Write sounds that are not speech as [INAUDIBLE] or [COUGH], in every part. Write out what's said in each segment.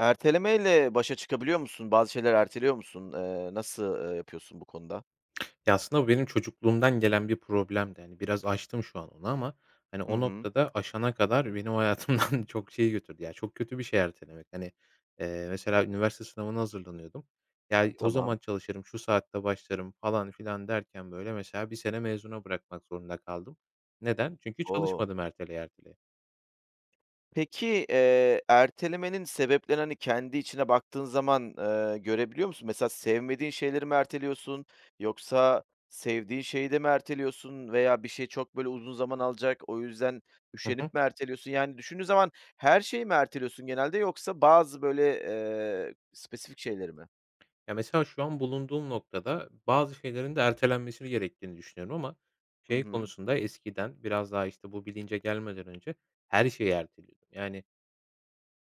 Ertelemeyle başa çıkabiliyor musun? Bazı şeyler erteliyor musun? Nasıl, yapıyorsun bu konuda? Ya, aslında bu benim çocukluğumdan gelen bir problemdi. Yani biraz aştım şu an onu ama, hani, Hı o hı. noktada aşana kadar benim hayatımdan [LAUGHS] çok şey götürdü. Ya, çok kötü bir şey ertelemek. Hani, mesela üniversite sınavına hazırlanıyordum. Ya, o Tamam. zaman çalışırım, şu saatte başlarım falan filan derken, böyle, mesela bir sene mezuna bırakmak zorunda kaldım. Neden? Çünkü O! çalışmadım erteleye erteleye. Peki, ertelemenin sebeplerini, hani, kendi içine baktığın zaman, görebiliyor musun? Mesela sevmediğin şeyleri mi erteliyorsun yoksa sevdiğin şeyi de mi erteliyorsun veya bir şey çok böyle uzun zaman alacak, o yüzden Hı hı. üşenip mi erteliyorsun? Yani, düşündüğün zaman her şeyi mi erteliyorsun genelde yoksa bazı böyle, spesifik şeyleri mi? Ya, mesela şu an bulunduğum noktada bazı şeylerin de ertelenmesi gerektiğini düşünüyorum ama Hı şey hı. konusunda eskiden biraz daha, işte, bu bilince gelmeden önce her şeyi erteliyordum. Yani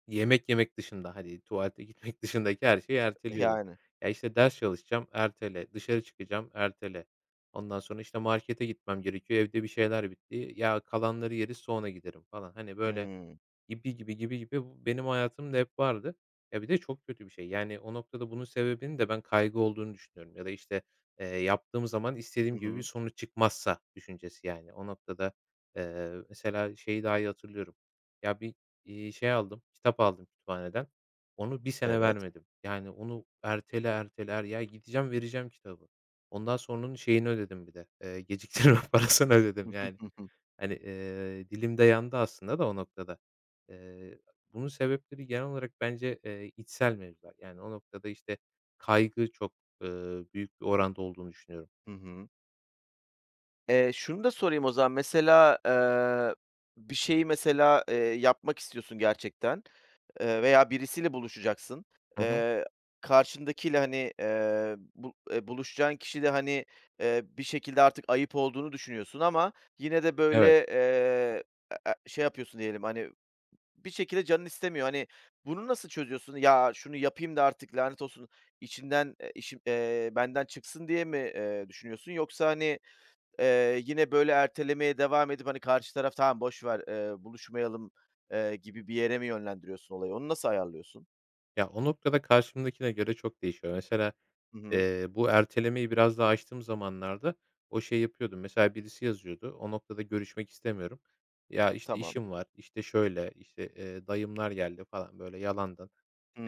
yemek yemek dışında, hadi tuvalete gitmek [LAUGHS] dışındaki her şeyi erteliyordum. Yani. Ya, işte, ders çalışacağım, ertele. Dışarı çıkacağım, ertele. Ondan sonra, işte, markete gitmem gerekiyor, evde bir şeyler bitti. Ya, kalanları yeriz sonra giderim falan. Hani, böyle Hımm. gibi, gibi, gibi, gibi bu benim hayatımda hep vardı. Ya, bir de çok kötü bir şey. Yani, o noktada bunun sebebinin de ben kaygı olduğunu düşünüyorum ya da, işte, yaptığım zaman istediğim Hı gibi bir hı. sonuç çıkmazsa düşüncesi, yani. O noktada, mesela şeyi daha iyi hatırlıyorum. Ya, şey aldım, kitap aldım kütüphaneden. Onu bir sene Evet. vermedim. Yani, onu ertele, ertele, ya, gideceğim vereceğim kitabı. Ondan sonra onun şeyini ödedim bir de, geciktirme [LAUGHS] parasını Hı ödedim, hı, yani. hı hı. Hani, dilim de yandı aslında da o noktada. Eee, bunun sebepleri genel olarak bence, içsel mevzular. Yani o noktada, işte, kaygı çok, büyük bir oranda olduğunu düşünüyorum. Hı hı. Şunu da sorayım o zaman, mesela, bir şeyi mesela, yapmak istiyorsun gerçekten, veya birisiyle buluşacaksın. Hı hı. Eee, Karşındakiyle, hani, bu buluşacağın kişi de, hani, bir şekilde artık ayıp olduğunu düşünüyorsun ama yine de böyle, Evet. Şey yapıyorsun diyelim, hani, bir şekilde canın istemiyor. Hani, bunu nasıl çözüyorsun? "Ya, şunu yapayım da artık lanet olsun içinden, işim, benden çıksın." diye mi, düşünüyorsun? Yoksa, hani, yine böyle ertelemeye devam edip, hani, karşı taraf "Tamam, boş ver, buluşmayalım." Gibi bir yere mi yönlendiriyorsun olayı? Onu nasıl ayarlıyorsun? Ya, o noktada karşımdakine göre çok değişiyor. Mesela, Hı hı. Bu ertelemeyi biraz daha açtığım zamanlarda o şey yapıyordum. Mesela birisi yazıyordu. O noktada görüşmek istemiyorum. Ya, işte, Tamam. işim var, işte, şöyle, işte, dayımlar geldi falan böyle yalandan.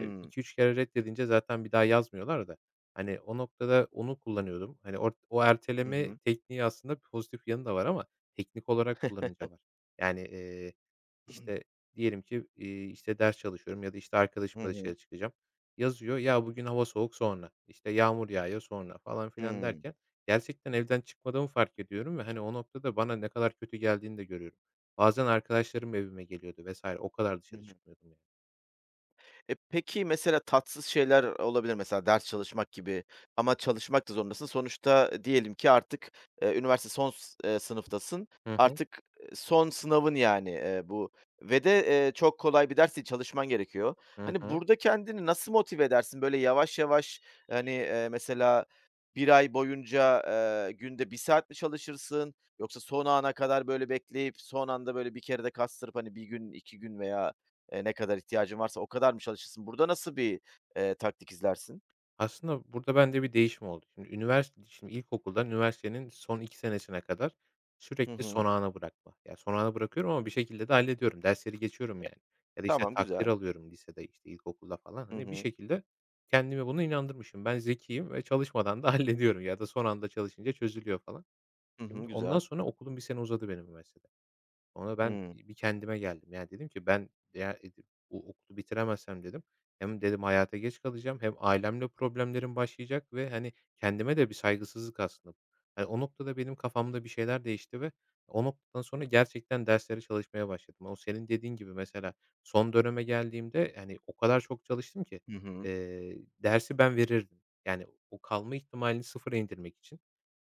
2-3 kere reddedince zaten bir daha yazmıyorlar da. Hani, o noktada onu kullanıyordum. Hani, o Hı erteleme hı. tekniği aslında pozitif yanı da var ama teknik olarak kullanınca var. Yani, işte, [CLEARS THROAT] diyelim ki, işte, ders çalışıyorum ya da, işte, Hı arkadaşımla hı. dışarı çıkacağım. Yazıyor, "Ya, bugün hava soğuk, sonra." işte "Yağmur yağıyor, sonra." falan filan Hımm. derken gerçekten evden çıkmadığımı fark ediyorum ve, hani, o noktada bana ne kadar kötü geldiğini de görüyorum. Bazen arkadaşlarım evime geliyordu vesaire. O kadar Hı dışarı hı. çıkmıyordum yani. E, peki, mesela tatsız şeyler olabilir, mesela ders çalışmak gibi ama çalışmak da zorundasın. Sonuçta, diyelim ki artık, üniversite son s sınıftasın. Hı hı. Artık, son sınavın yani, bu ve de, çok kolay bir ders değil, çalışman gerekiyor. Hı Hani, hı. burada kendini nasıl motive edersin? Böyle yavaş yavaş, hani, mesela bir ay boyunca, günde bir saat mi çalışırsın yoksa son ana kadar böyle bekleyip son anda böyle bir kere de kastırıp, hani, bir gün, 2 gün veya ne kadar ihtiyacın varsa o kadar mı çalışırsın? Burada nasıl bir, taktik izlersin? Aslında burada bende bir değişim oldu. Şimdi ilkokuldan üniversitenin son 2 senesine kadar Hı sürekli son hı. ana bırakma. Ya, son ana bırakıyorum ama bir şekilde de hallediyorum. Dersleri geçiyorum yani. Ya da, işte, Tamam, takdir güzel. alıyorum lisede, işte, ilkokulda falan. Hı Hani, bir hı. şekilde kendime bunu inandırmışım. Ben zekiyim ve çalışmadan da [LAUGHS] hallediyorum ya da son anda çalışınca çözülüyor falan. Hı hı, Şimdi ondan güzel. sonra okulum bir sene uzadı benim üniversitede. Sonra ben Hıı. bir kendime geldim. Yani dedim ki ben ya bu okulu bitiremezsem dedim hem dedim hayata geç kalacağım hem ailemle problemlerim başlayacak ve hani kendime de bir saygısızlık aslında. Hani o noktada benim kafamda bir şeyler değişti ve o noktadan sonra gerçekten derslere çalışmaya başladım. O senin dediğin gibi mesela son döneme geldiğimde yani o kadar çok çalıştım ki, Hı hı. Dersi ben verirdim. Yani o kalma ihtimalini sıfıra indirmek için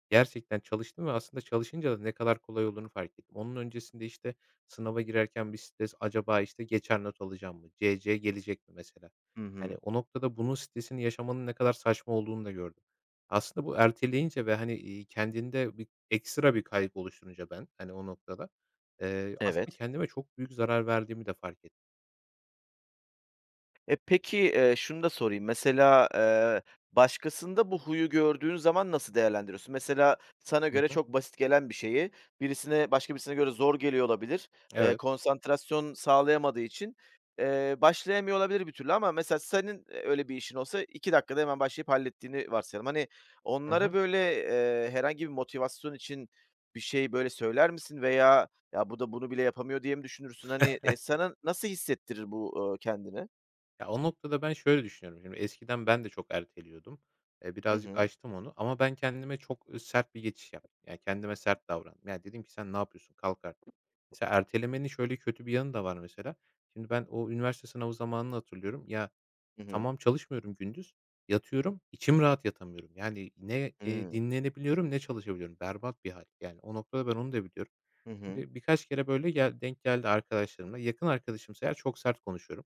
gerçekten çalıştım ve aslında çalışınca da ne kadar kolay olduğunu fark ettim. Onun öncesinde, işte, sınava girerken bir stres, acaba, işte, geçer not alacağım mı? CC gelecek mi mesela? Hı Yani hı. o noktada bunun stresini yaşamanın ne kadar saçma olduğunu da gördüm. Aslında bu erteleyince ve, hani, kendinde bir ekstra bir kaygı oluşturunca ben, hani, o noktada, aslında Evet. kendime çok büyük zarar verdiğimi de fark ettim. E, peki, şunu da sorayım, mesela, başkasında bu huyu gördüğün zaman nasıl değerlendiriyorsun? Mesela sana Hı göre hı. çok basit gelen bir şeyi birisine başka birisine göre zor geliyor olabilir. Evet. Konsantrasyon sağlayamadığı için, başlayamıyor olabilir bir türlü ama mesela senin, öyle bir işin olsa 2 dakikada hemen başlayıp hallettiğini varsayalım. Hani, Hı onlara hı. böyle, herhangi bir motivasyon için bir şey, böyle, söyler misin veya "Ya, bu da bunu bile yapamıyor." diye mi düşünürsün? Hani, sana nasıl hissettirir bu, kendini? Ya, o noktada ben şöyle düşünüyorum. Şimdi eskiden ben de çok erteliyordum. Hı Birazcık hı. açtım onu ama ben kendime çok, sert bir geçiş yaptım. Yani, kendime sert davrandım. Yani dedim ki "Sen ne yapıyorsun? Kalk artık." Mesela ertelemenin şöyle kötü bir yanı da var mesela. Şimdi ben o üniversite sınavı zamanını hatırlıyorum. Ya, Hı hı. tamam çalışmıyorum gündüz, yatıyorum, İçim rahat yatamıyorum. Yani, ne, Hımm. dinlenebiliyorum ne çalışabiliyorum. Berbat bir hal. Yani, o noktada ben onu da biliyorum. Hı hı. Şimdi birkaç kere böyle gel denk geldi arkadaşlarımla. Yakın arkadaşımsa eğer çok sert konuşuyorum.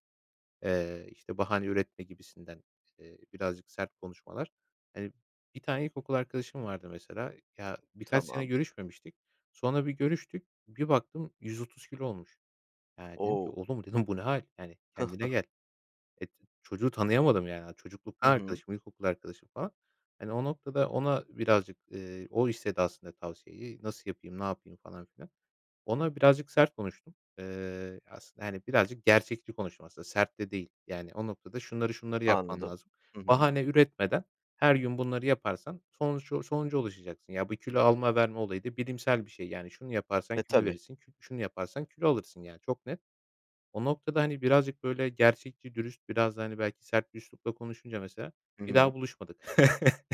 İşte, bahane üretme gibisinden, birazcık sert konuşmalar. Hani, bir tane ilkokul arkadaşım vardı mesela. Ya, birkaç sene Tamam. görüşmemiştik. Sonra bir görüştük. Bir baktım 130 kilo olmuş. Yani dedim ki O! "Oğlum" dedim, "Bu ne hal? Yani, kendine gel." E, çocuğu tanıyamadım yani. Hı Çocukluktan hı. arkadaşım, ilkokul arkadaşım falan. Hani, o noktada ona birazcık, o istedi aslında tavsiyeyi. Nasıl yapayım, ne yapayım falan filan. Ona birazcık sert konuştum. Aslında, hani, birazcık gerçekçi konuştum aslında, sert de değil. Yani, o noktada şunları şunları yapman Anladım. lazım. Hı hı. Bahane üretmeden her gün bunları yaparsan sonuca ulaşacaksın. Ya, bu kilo alma verme olayı da bilimsel bir şey. Yani, şunu yaparsan E, kilo tabii. verirsin, şunu yaparsan kilo alırsın, yani, çok net. O noktada, hani, birazcık böyle gerçekçi, dürüst, biraz da, hani, belki sert bir üslupla konuşunca mesela Hı bir daha hı. buluşmadık. [LAUGHS]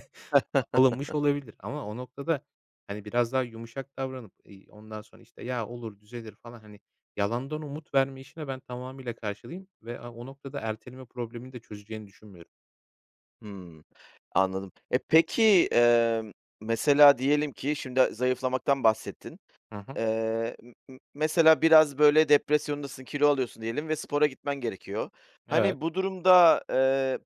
Alınmış olabilir ama o noktada, hani, biraz daha yumuşak davranıp, ondan sonra, işte, "Ya, olur, düzelir." falan, hani, yalandan umut verme işine ben tamamıyla karşılayayım ve o noktada erteleme problemini de çözeceğini düşünmüyorum. Hımm. Anladım. E, peki, mesela diyelim ki şimdi zayıflamaktan bahsettin. Hı hı. M m mesela biraz, böyle, depresyondasın, kilo alıyorsun diyelim ve spora gitmen gerekiyor. Evet. Hani, bu durumda,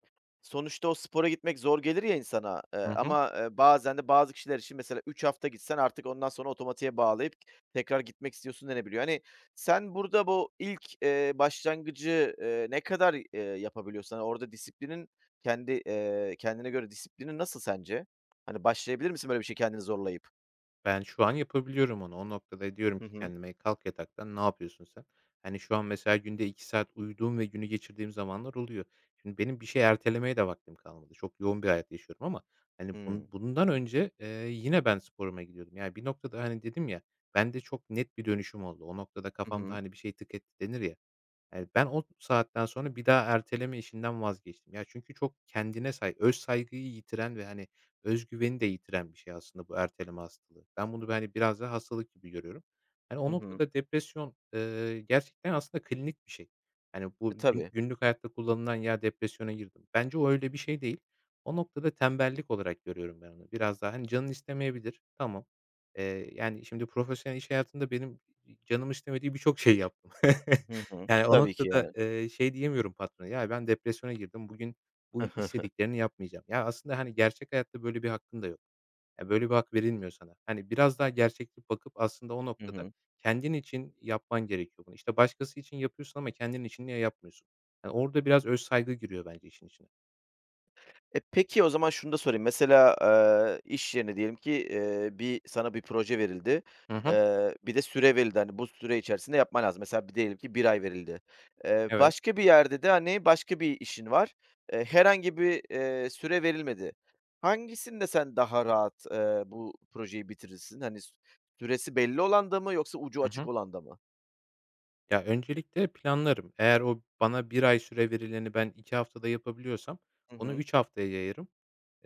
sonuçta o spora gitmek zor gelir ya insana, Hı hı. ama, bazen de bazı kişiler için mesela 3 hafta gitsen artık ondan sonra otomatiğe bağlayıp tekrar gitmek istiyorsun denebiliyor. Hani, sen burada bu ilk, başlangıcı, ne kadar, yapabiliyorsun? Hani, orada disiplinin kendi, kendine göre disiplinin nasıl sence? Hani, başlayabilir misin böyle bir şey kendini zorlayıp? Ben şu an yapabiliyorum onu. O noktada diyorum Hı ki hı. kendime, "Kalk yataktan, ne yapıyorsun sen?" Hani, şu an mesela günde 2 saat uyuduğum ve günü geçirdiğim zamanlar oluyor. Şimdi benim bir şey ertelemeye de vaktim kalmadı. Çok yoğun bir hayat yaşıyorum ama, hani, Hımm. Bundan önce, yine ben sporuma gidiyordum. Yani bir noktada, hani, dedim ya, bende çok net bir dönüşüm oldu. O noktada Hı kafamda, hı. hani, bir şey "tık etti" denir ya. Evet, ben o saatten sonra bir daha erteleme işinden vazgeçtim. Ya, çünkü çok kendine öz saygıyı yitiren ve, hani, öz güveni de yitiren bir şey aslında bu erteleme hastalığı. Ben bunu, hani, biraz daha hastalık gibi görüyorum. Hani, o Hı hı. noktada depresyon, gerçekten aslında klinik bir şey. Hani, E, bu gün tabii. günlük hayatta kullanılan "Ya, depresyona girdim." Bence o öyle bir şey değil. O noktada tembellik olarak görüyorum ben onu. Biraz daha, hani, canın istemeyebilir, tamam. Yani, şimdi profesyonel iş hayatında benim canım istemediği birçok şey yaptım. [LAUGHS] Hı hı. Yani, o Tabii ki noktada, yani. Şey diyemiyorum patrona, "Ya, ben depresyona girdim, bugün bu [LAUGHS] istediklerini yapmayacağım." Ya, aslında, hani, gerçek hayatta böyle bir hakkın da yok. Ya, böyle bir hak verilmiyor sana. Hani, biraz daha gerçekçi bakıp aslında o Hı noktada hı. kendin için yapman gerekiyor bunu. İşte, başkası için yapıyorsun ama kendin için niye yapmıyorsun? Yani, orada biraz öz saygı giriyor bence işin içine. E, peki o zaman şunu da sorayım. Mesela, iş yerine diyelim ki, sana bir proje verildi. Hı hı. Bir de süre verildi. Hani, bu süre içerisinde yapman lazım. Mesela diyelim ki bir ay verildi. Evet. Başka bir yerde de, hani, başka bir işin var. Herhangi bir, süre verilmedi. Hangisinde sen daha rahat, bu projeyi bitirirsin? Hani, süresi belli olan da mı yoksa ucu Hı açık hı. olan da mı? Ya, öncelikle planlarım. Eğer o bana bir ay süre verileni ben 2 haftada yapabiliyorsam Hı onu hı. 3 haftaya yayarım.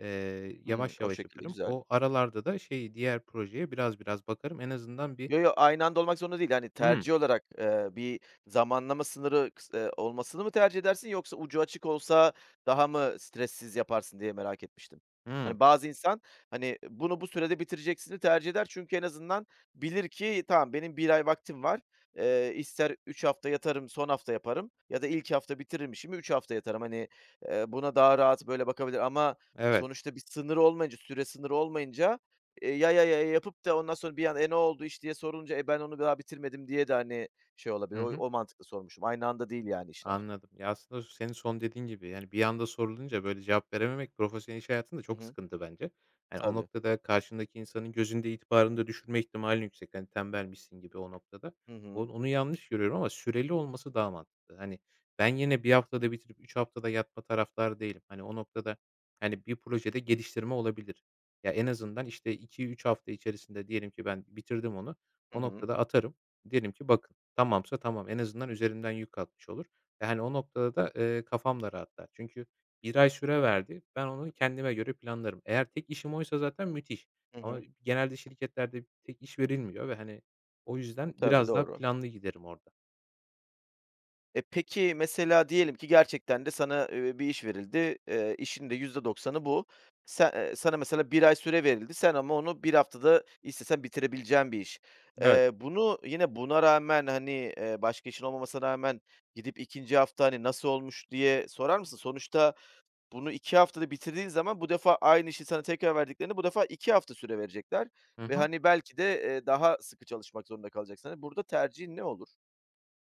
Hımm. Yavaş O yavaş şekilde. yaparım. Güzel. O aralarda da şey, diğer projeye biraz biraz bakarım. En azından bir Yo, yo, aynı anda olmak zorunda değil. Hani, hmm tercih olarak, bir zamanlama sınırı kıs olmasını mı tercih edersin yoksa ucu açık olsa daha mı stressiz yaparsın diye merak etmiştim. hımm, Hani, bazı insan, hani, bunu bu sürede bitireceksini tercih eder çünkü en azından bilir ki tamam benim bir ay vaktim var. İster 3 hafta yatarım, son hafta yaparım ya da ilk hafta bitiririm işimi, 3 hafta yatarım. Hani, buna daha rahat böyle bakabilir ama evet. sonuçta bir sınır olmayınca, süre sınırı olmayınca ya yapıp da ondan sonra bir an "E, ne oldu iş?" diye sorunca, "E, ben onu daha bitirmedim." diye de, hani, şey olabilir. O mantıkla sormuşum. Aynı anda değil yani işler. Anladım. Ya, aslında senin son dediğin gibi, yani, bir anda sorulunca böyle cevap verememek profesyonel iş hayatında Hı çok hı. sıkıntı bence. Yani, o Tabii. noktada karşındaki insanın gözünde itibarını da düşürme ihtimali yüksek. Hani, tembelmişsin gibi o noktada. Hı hı. Onu yanlış görüyorum ama süreli olması daha mantıklı. Hani, ben yine bir haftada bitirip 3 haftada yatma taraftarı değilim. Hani, o noktada, hani, bir projede geliştirme olabilir. Ya, en azından, işte, iki üç hafta içerisinde diyelim ki ben bitirdim onu. Hı O hı. noktada atarım. Diyelim ki bakın tamamsa tamam. En azından üzerimden yük kalkmış olur. Yani, o noktada da, kafam da rahatlar. Çünkü bir ay süre verdi. Ben onu kendime göre planlarım. Eğer tek işim oysa zaten müthiş Hı ama hı. genelde şirketlerde tek iş verilmiyor ve, hani, o yüzden Tabii, biraz daha doğru. planlı giderim orada. E, peki mesela diyelim ki gerçekten de sana, bir iş verildi. İşin de %90 bu. Sen sana mesela bir ay süre verildi. Sen ama onu bir haftada istesen bitirebileceğin bir iş. Evet. Bunu yine buna rağmen, hani, başka işin olmamasına rağmen gidip ikinci hafta, hani, "Nasıl olmuş?" diye sorar mısın? Sonuçta bunu 2 haftada bitirdiğin zaman bu defa aynı işi sana tekrar verdiklerinde bu defa 2 hafta süre verecekler Hı ve, hı. hani, belki de, daha sıkı çalışmak zorunda kalacaksın. Hani, burada tercihin ne olur?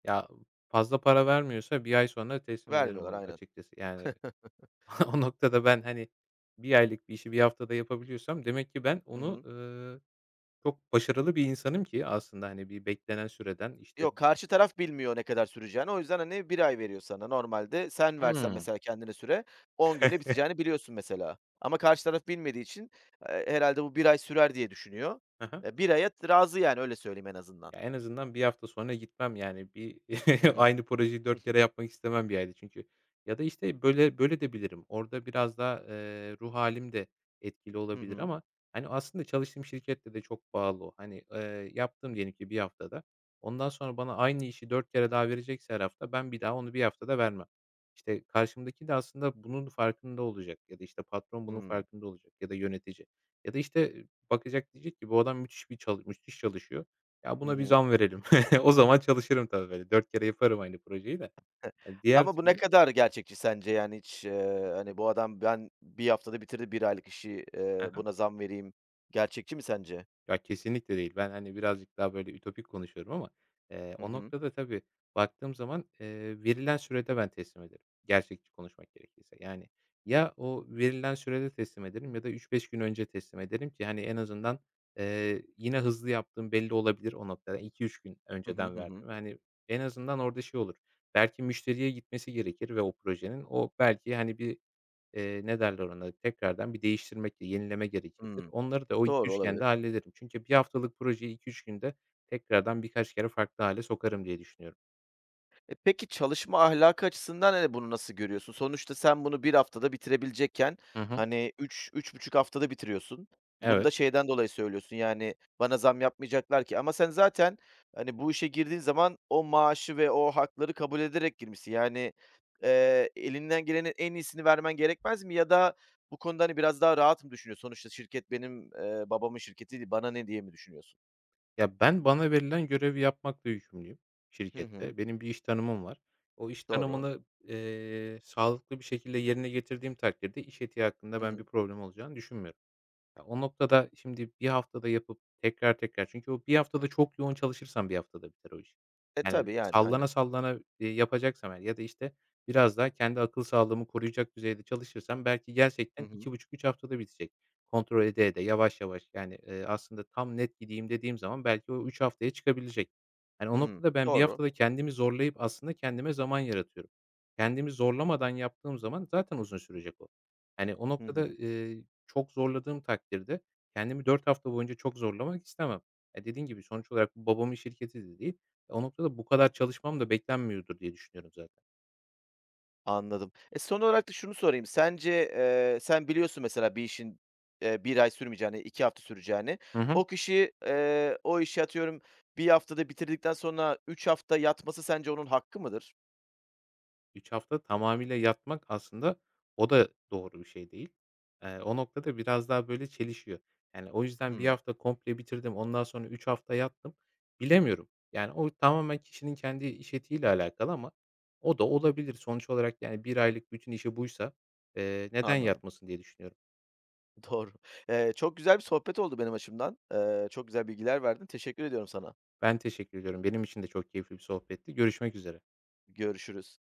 Ya, fazla para vermiyorsa bir ay sonra teslim ederim Vermiyorlar onu aynen. açıkçası. Yani, [LAUGHS] o noktada ben, hani, bir aylık bir işi bir haftada yapabiliyorsam demek ki ben Hı onu, hı. Çok başarılı bir insanım ki aslında, hani, bir beklenen süreden, işte. Yok, karşı taraf bilmiyor ne kadar süreceğini. O yüzden, hani, bir ay veriyor sana. Normalde sen versen Hımm. mesela kendine süre 10 günde biteceğini biliyorsun mesela. Ama karşı taraf bilmediği için, herhâlde bu bir ay sürer diye düşünüyor. [LAUGHS] 1 aya razı yani öyle söyleyeyim en azından. Ya, en azından bir hafta sonra gitmem, yani, bir Hı [LAUGHS] hı. aynı projeyi 4 [LAUGHS] kere yapmak istemem bir yerde çünkü. Ya da, işte, böyle böyle de bilirim. Orada biraz daha, ruh hâlim de etkili Hı hı. Hı olabilir hı. ama, hani, aslında çalıştığım şirkette de çok bağlı o. Hani, yaptım diyelim ki bir haftada. Ondan sonra bana aynı işi 4 kere daha verecekse her hafta ben bir daha onu bir haftada vermem. İşte, karşımdaki de aslında bunun farkında olacak ya da, işte, patron bunun farkında olacak ya da yönetici ya da, işte, bakacak diyecek ki bu adam müthiş bir müthiş çalışıyor. Ya, Hı buna bir hı. zam verelim. [LAUGHS] O zaman çalışırım tabii, böyle, 4 kere yaparım aynı projeyi de. Hani, diğer Ama bu ne türlü. kadar gerçekçi sence? Yani hiç, hani, bu adam ben bir haftada bitirdi bir aylık işi, buna zam vereyim. Gerçekçi mi sence? Ya, kesinlikle değil. Ben, hani, birazcık daha böyle ütopik konuşuyorum ama, Hı o hı. noktada tabii baktığım zaman, verilen sürede ben teslim ederim, gerçekçi konuşmak gerekirse. Yani, ya o verilen sürede teslim ederim ya da üç beş gün önce teslim ederim ki, hani, en azından, yine hızlı yaptığım belli olabilir o noktada. İki üç gün Hı hı, önceden hı hı. verdim. Hani, en azından orada şey olur, belki müşteriye gitmesi gerekir ve o projenin o belki, hani, bir. Ne derler ona? Tekrardan bir değiştirmek, yenileme gerekebilir. Hımm. Onları da o iki Doğru, üç günde olabilir. hallederim. Çünkü bir haftalık projeyi iki üç günde tekrardan birkaç kere farklı hâle sokarım diye düşünüyorum. E, peki çalışma ahlakı açısından, hani, bunu nasıl görüyorsun? Sonuçta sen bunu bir haftada bitirebilecekken, Hı hı. hani, üç buçuk haftada bitiriyorsun. Bunu Evet. da şeyden dolayı söylüyorsun, yani, bana zam yapmayacaklar ki ama sen zaten, hani, bu işe girdiğin zaman o maaşı ve o hakları kabul ederek girmişsin. Yani, elinden gelenin en iyisini vermen gerekmez mi ya da bu konuda, hani, biraz daha rahat mı düşünüyorsun? Sonuçta şirket benim, babamın şirketi değil, bana ne diye mi düşünüyorsun? Ya, ben bana verilen görevi yapmakla yükümlüyüm Hı hı. şirkette. Benim bir iş tanımım var. O iş Doğru. tanımını, sağlıklı bir şekilde yerine getirdiğim takdirde iş etiği hakkında Hı ben bir hı. problem olacağını düşünmüyorum. Ya, o noktada şimdi bir haftada yapıp tekrar tekrar çünkü o bir haftada çok yoğun çalışırsan bir haftada biter o iş. E, Yani, tabii, yani, sallana aynen. sallana, yapacaksam eğer ya da, işte, biraz daha kendi akıl sağlığımı koruyacak düzeyde çalışırsam belki Hı gerçekten hı. iki buçuk üç haftada bitecek. Kontrol ede ede, yavaş yavaş, yani, aslında tam net gideyim dediğim zaman belki o 3 haftaya çıkabilecek. Hani, o Hımm. noktada ben bir Doğru. haftada kendimi zorlayıp aslında kendime zaman yaratıyorum. Kendimi zorlamadan yaptığım zaman zaten uzun sürecek o. Hani, o Hı noktada, hı. Çok zorladığım takdirde kendimi 4 hafta boyunca çok zorlamak istemem. E dediğin gibi sonuç olarak bu babamın şirketi de değil. E, o noktada bu kadar çalışmam da beklenmiyordur diye düşünüyorum zaten. Anladım. E, son olarak da şunu sorayım. Sence, sen biliyorsun mesela bir işin, 1 ay sürmeyeceğini, 2 hafta süreceğini. Hı hı. O kişi, o işi atıyorum bir haftada bitirdikten sonra 3 hafta yatması sence onun hakkı mıdır? 3 hafta tamamıyla yatmak aslında o da doğru bir şey değil. O noktada biraz daha böyle çelişiyor. Yani, o yüzden bir Hımm, hafta komple bitirdim, ondan sonra 3 hafta yattım. Bilemiyorum. Yani, o tamamen kişinin kendi iş etiğiyle alakalı ama o da olabilir. Sonuç olarak, yani, bir aylık bütün işi buysa, neden anladım. yatmasın diye düşünüyorum. [LAUGHS] Doğru. Çok güzel bir sohbet oldu benim açımdan. Çok güzel bilgiler verdin. Teşekkür ediyorum sana. Ben teşekkür ediyorum. Benim için de çok keyifli bir sohbetti. Görüşmek üzere. Görüşürüz.